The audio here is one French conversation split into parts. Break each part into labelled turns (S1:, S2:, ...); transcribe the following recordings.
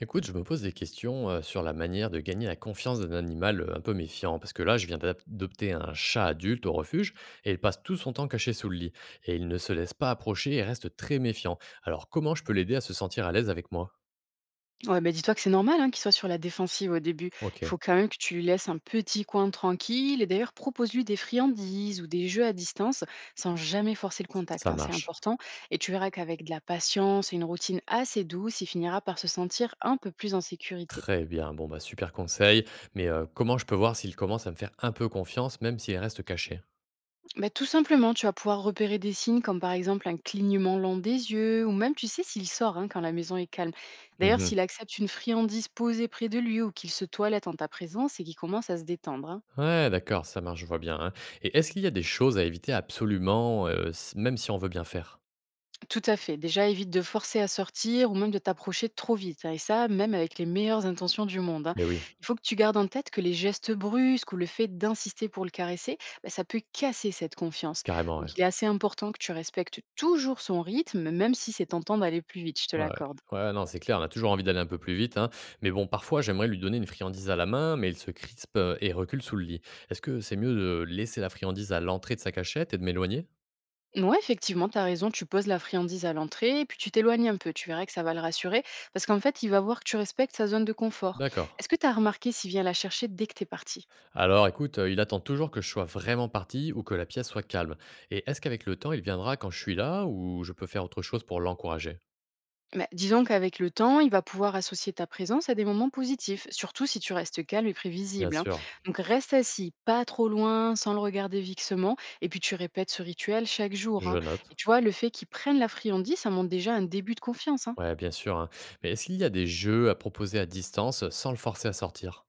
S1: Écoute, je me pose des questions sur la manière de gagner la confiance d'un animal un peu méfiant, parce que là, je viens d'adopter un chat adulte au refuge, et il passe tout son temps caché sous le lit, et il ne se laisse pas approcher et reste très méfiant. Alors, comment je peux l'aider à se sentir à l'aise avec moi?
S2: Ouais, bah, dis-toi que c'est normal hein, qu'il soit sur la défensive au début. Il
S1: Ok,
S2: faut quand même que tu lui laisses un petit coin tranquille, et d'ailleurs propose-lui des friandises ou des jeux à distance sans jamais forcer le contact.
S1: ça
S2: Hein, c'est
S1: marche.
S2: important. Et tu verras qu'avec de la patience et une routine assez douce, il finira par se sentir un peu plus en sécurité.
S1: Très bien, bon, bah super conseil, mais comment je peux voir s'il commence à me faire un peu confiance, même s'il reste caché?
S2: Bah, tout simplement, tu vas pouvoir repérer des signes comme par exemple un clignement lent des yeux, ou même tu sais s'il sort hein, quand la maison est calme. D'ailleurs,
S1: Mhm.
S2: s'il accepte une friandise posée près de lui ou qu'il se toilette en ta présence et qu'il commence à se détendre. Hein.
S1: Ouais, d'accord, ça marche, je vois bien, hein. Et est-ce qu'il y a des choses à éviter absolument, même si on veut bien faire?
S2: Tout à fait. Déjà, évite de forcer à sortir ou même de t'approcher trop vite. Hein, et ça, même avec les meilleures intentions du monde. Hein.
S1: Eh oui,
S2: Il faut que tu gardes en tête que les gestes brusques ou le fait d'insister pour le caresser, bah, ça peut casser cette confiance.
S1: carrément,
S2: Donc,
S1: ouais.
S2: il est assez important que tu respectes toujours son rythme, même si c'est tentant d'aller plus vite, je te
S1: Ouais,
S2: l'accorde.
S1: ouais, non, c'est clair, on a toujours envie d'aller un peu plus vite, hein. Mais bon, parfois, j'aimerais lui donner une friandise à la main, mais il se crispe et recule sous le lit. Est-ce que c'est mieux de laisser la friandise à l'entrée de sa cachette et de m'éloigner?
S2: Ouais, effectivement, tu as raison, tu poses la friandise à l'entrée, et puis tu t'éloignes un peu, tu verras que ça va le rassurer, parce qu'en fait, il va voir que tu respectes sa zone de confort.
S1: D'accord.
S2: Est-ce que tu as remarqué s'il vient la chercher dès que t'es parti?
S1: Alors, écoute, il attend toujours que je sois vraiment parti ou que la pièce soit calme. Et est-ce qu'avec le temps, il viendra quand je suis là ou je peux faire autre chose pour l'encourager?
S2: Bah, disons qu'avec le temps, il va pouvoir associer ta présence à des moments positifs, surtout si tu restes calme et
S1: Bien
S2: prévisible. Hein.
S1: sûr,
S2: Donc reste assis, pas trop loin, sans le regarder fixement, et puis tu répètes ce rituel chaque jour.
S1: je
S2: Hein.
S1: note.
S2: Et tu vois, le fait qu'ils prennent la friandise, ça montre déjà un début de confiance. Hein.
S1: Ouais, bien sûr, hein. Mais est-ce qu'il y a des jeux à proposer à distance sans le forcer à sortir?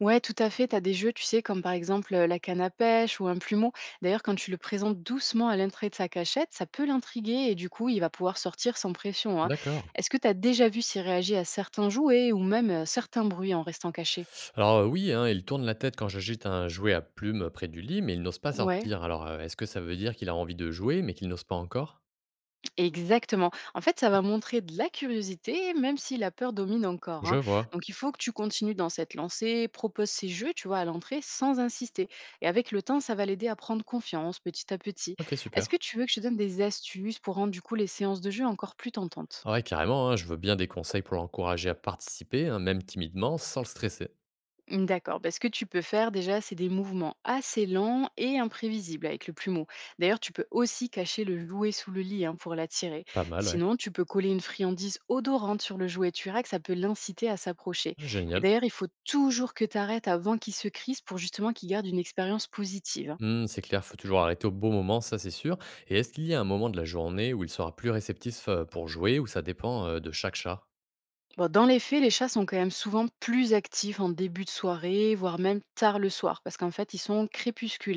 S2: Ouais, tout à fait, tu as des jeux, tu sais, comme par exemple la canne à pêche ou un plumeau. D'ailleurs, quand tu le présentes doucement à l'entrée de sa cachette, ça peut l'intriguer et du coup, il va pouvoir sortir sans pression. Hein.
S1: D'accord.
S2: Est-ce que tu as déjà vu s'il réagit à certains jouets ou même certains bruits en restant caché?
S1: Alors oui, hein, il tourne la tête quand j'agite un jouet à plumes près du lit, mais il n'ose pas
S2: Ouais,
S1: sortir. Alors est-ce que ça veut dire qu'il a envie de jouer, mais qu'il n'ose pas encore?
S2: exactement. En fait, ça va montrer de la curiosité, même si la peur domine encore,
S1: Je
S2: hein.
S1: vois.
S2: Donc, il faut que tu continues dans cette lancée, propose ces jeux, tu vois, à l'entrée, sans insister. Et avec le temps, ça va l'aider à prendre confiance petit à petit.
S1: Ok,
S2: Est-ce que
S1: super.
S2: tu veux que je te donne des astuces pour rendre du coup les séances de jeu encore plus tentantes?
S1: Ah ouais, carrément, hein, je veux bien des conseils pour l'encourager à participer, hein, même timidement, sans le stresser.
S2: Mmh, d'accord. Bah, ce que tu peux faire déjà, c'est des mouvements assez lents et imprévisibles avec le plumeau. D'ailleurs, tu peux aussi cacher le jouet sous le lit hein, pour l'attirer.
S1: Pas mal, ouais.
S2: Sinon, tu peux coller une friandise odorante sur le jouet. Tu verras que ça peut l'inciter à s'approcher. Et
S1: Génial.
S2: d'ailleurs, il faut toujours que tu arrêtes avant qu'il se crispe pour justement qu'il garde une expérience positive. Hein.
S1: Hmm, c'est clair, faut toujours arrêter au bon moment, ça c'est sûr. Et est-ce qu'il y a un moment de la journée où il sera plus réceptif pour jouer, ou ça dépend de chaque chat?
S2: Bon, dans les faits, les chats sont quand même souvent plus actifs en début de soirée, voire même tard le soir, parce qu'en fait, ils sont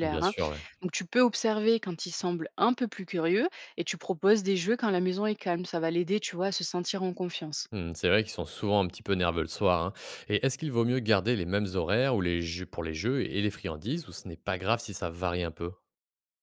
S1: Bien
S2: Hein.
S1: sûr, ouais.
S2: Donc, tu peux observer quand ils semblent un peu plus curieux, et tu proposes des jeux quand la maison est calme. Ça va l'aider, tu vois, à se sentir en confiance.
S1: Mmh, c'est vrai qu'ils sont souvent un petit peu nerveux le soir, hein. Et est-ce qu'il vaut mieux garder les mêmes horaires ou les jeux pour les jeux et les friandises ou ce n'est pas grave si ça varie un peu?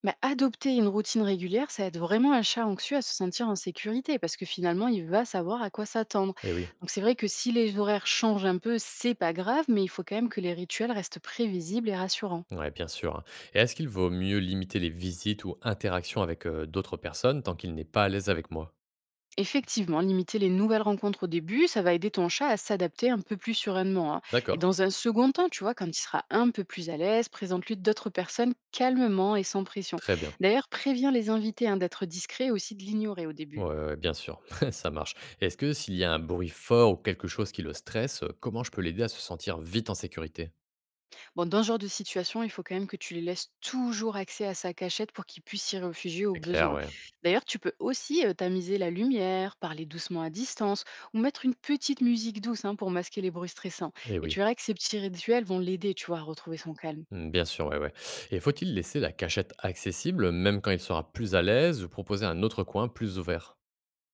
S2: Bah, adopter une routine régulière, ça aide vraiment un chat anxieux à se sentir en sécurité parce que finalement, il va savoir à quoi s'attendre.
S1: Eh oui,
S2: Donc, c'est vrai que si les horaires changent un peu, c'est pas grave, mais il faut quand même que les rituels restent prévisibles et rassurants.
S1: ouais, bien sûr, hein. Et est-ce qu'il vaut mieux limiter les visites ou interactions avec d'autres personnes tant qu'il n'est pas à l'aise avec moi?
S2: Effectivement, limiter les nouvelles rencontres au début, ça va aider ton chat à s'adapter un peu plus sereinement. Hein. Et
S1: D'accord,
S2: dans un second temps, tu vois, quand il sera un peu plus à l'aise, présente-lui d'autres personnes calmement et sans pression.
S1: très bien.
S2: D'ailleurs, préviens les invités hein, d'être discrets et aussi de l'ignorer au
S1: Ouais,
S2: début.
S1: ouais, ouais, bien sûr, ça marche. Est-ce que s'il y a un bruit fort ou quelque chose qui le stresse, comment je peux l'aider à se sentir vite en sécurité?
S2: Bon, dans ce genre de situation, il faut quand même que tu les laisses toujours accès à sa cachette pour qu'il puisse s'y réfugier au
S1: C'est clair,
S2: besoin.
S1: ouais.
S2: D'ailleurs, tu peux aussi tamiser la lumière, parler doucement à distance ou mettre une petite musique douce hein, pour masquer les bruits stressants.
S1: Eh
S2: Et
S1: oui.
S2: tu verras que ces petits rituels vont l'aider, tu vois, à retrouver son calme.
S1: Mmh, bien sûr, ouais, ouais. Et faut-il laisser la cachette accessible même quand il sera plus à l'aise ou proposer un autre coin plus ouvert?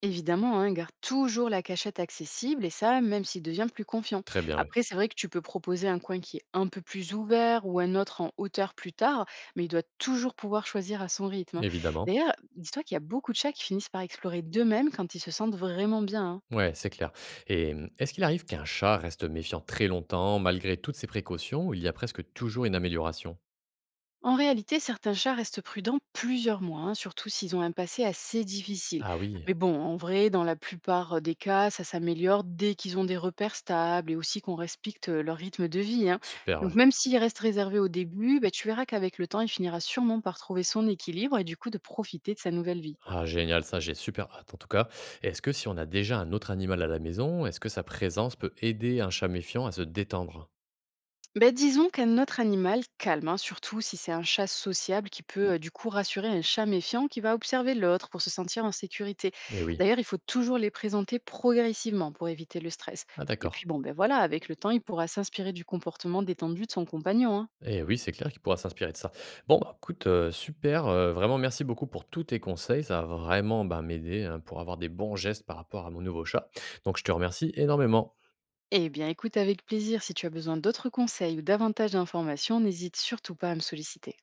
S2: Évidemment, hein, garde toujours la cachette accessible et ça, même s'il devient plus confiant.
S1: Très bien, ouais,
S2: Après, c'est vrai que tu peux proposer un coin qui est un peu plus ouvert ou un autre en hauteur plus tard, mais il doit toujours pouvoir choisir à son rythme. Hein.
S1: évidemment.
S2: D'ailleurs, dis-toi qu'il y a beaucoup de chats qui finissent par explorer d'eux-mêmes quand ils se sentent vraiment bien. Hein.
S1: Ouais, c'est clair. Et mmh, est-ce qu'il arrive qu'un chat reste méfiant très longtemps malgré toutes ses précautions ou il y a presque toujours une amélioration?
S2: En réalité, certains chats restent prudents plusieurs mois, hein, surtout s'ils ont un passé assez difficile.
S1: Ah oui,
S2: Mais bon, en vrai, dans la plupart des cas, ça s'améliore dès qu'ils ont des repères stables et aussi qu'on respecte leur rythme de vie. Hein.
S1: super, ouais.
S2: Donc même s'il reste réservé au début, bah, tu verras qu'avec le temps, il finira sûrement par trouver son équilibre et du coup de profiter de sa nouvelle vie.
S1: Ah génial, ça j'ai super hâte en tout cas. Est-ce que si on a déjà un autre animal à la maison, est-ce que sa présence peut aider un chat méfiant à se détendre?
S2: Ben, disons qu'un autre animal calme, hein, surtout si c'est un chat sociable qui peut du coup rassurer un chat méfiant qui va observer l'autre pour se sentir en sécurité.
S1: Eh oui.
S2: D'ailleurs, il faut toujours les présenter progressivement pour éviter le stress.
S1: Ah
S2: Et puis
S1: d'accord.
S2: bon, ben voilà, avec le temps, il pourra s'inspirer du comportement détendu de son compagnon. Hein.
S1: Et oui, c'est clair qu'il pourra s'inspirer de ça. Bon, bah, écoute, super, vraiment merci beaucoup pour tous tes conseils. Ça va vraiment, bah, m'aider, hein, pour avoir des bons gestes par rapport à mon nouveau chat. Donc je te remercie énormément.
S2: Eh bien, écoute avec plaisir, si tu as besoin d'autres conseils ou davantage d'informations, n'hésite surtout pas à me solliciter.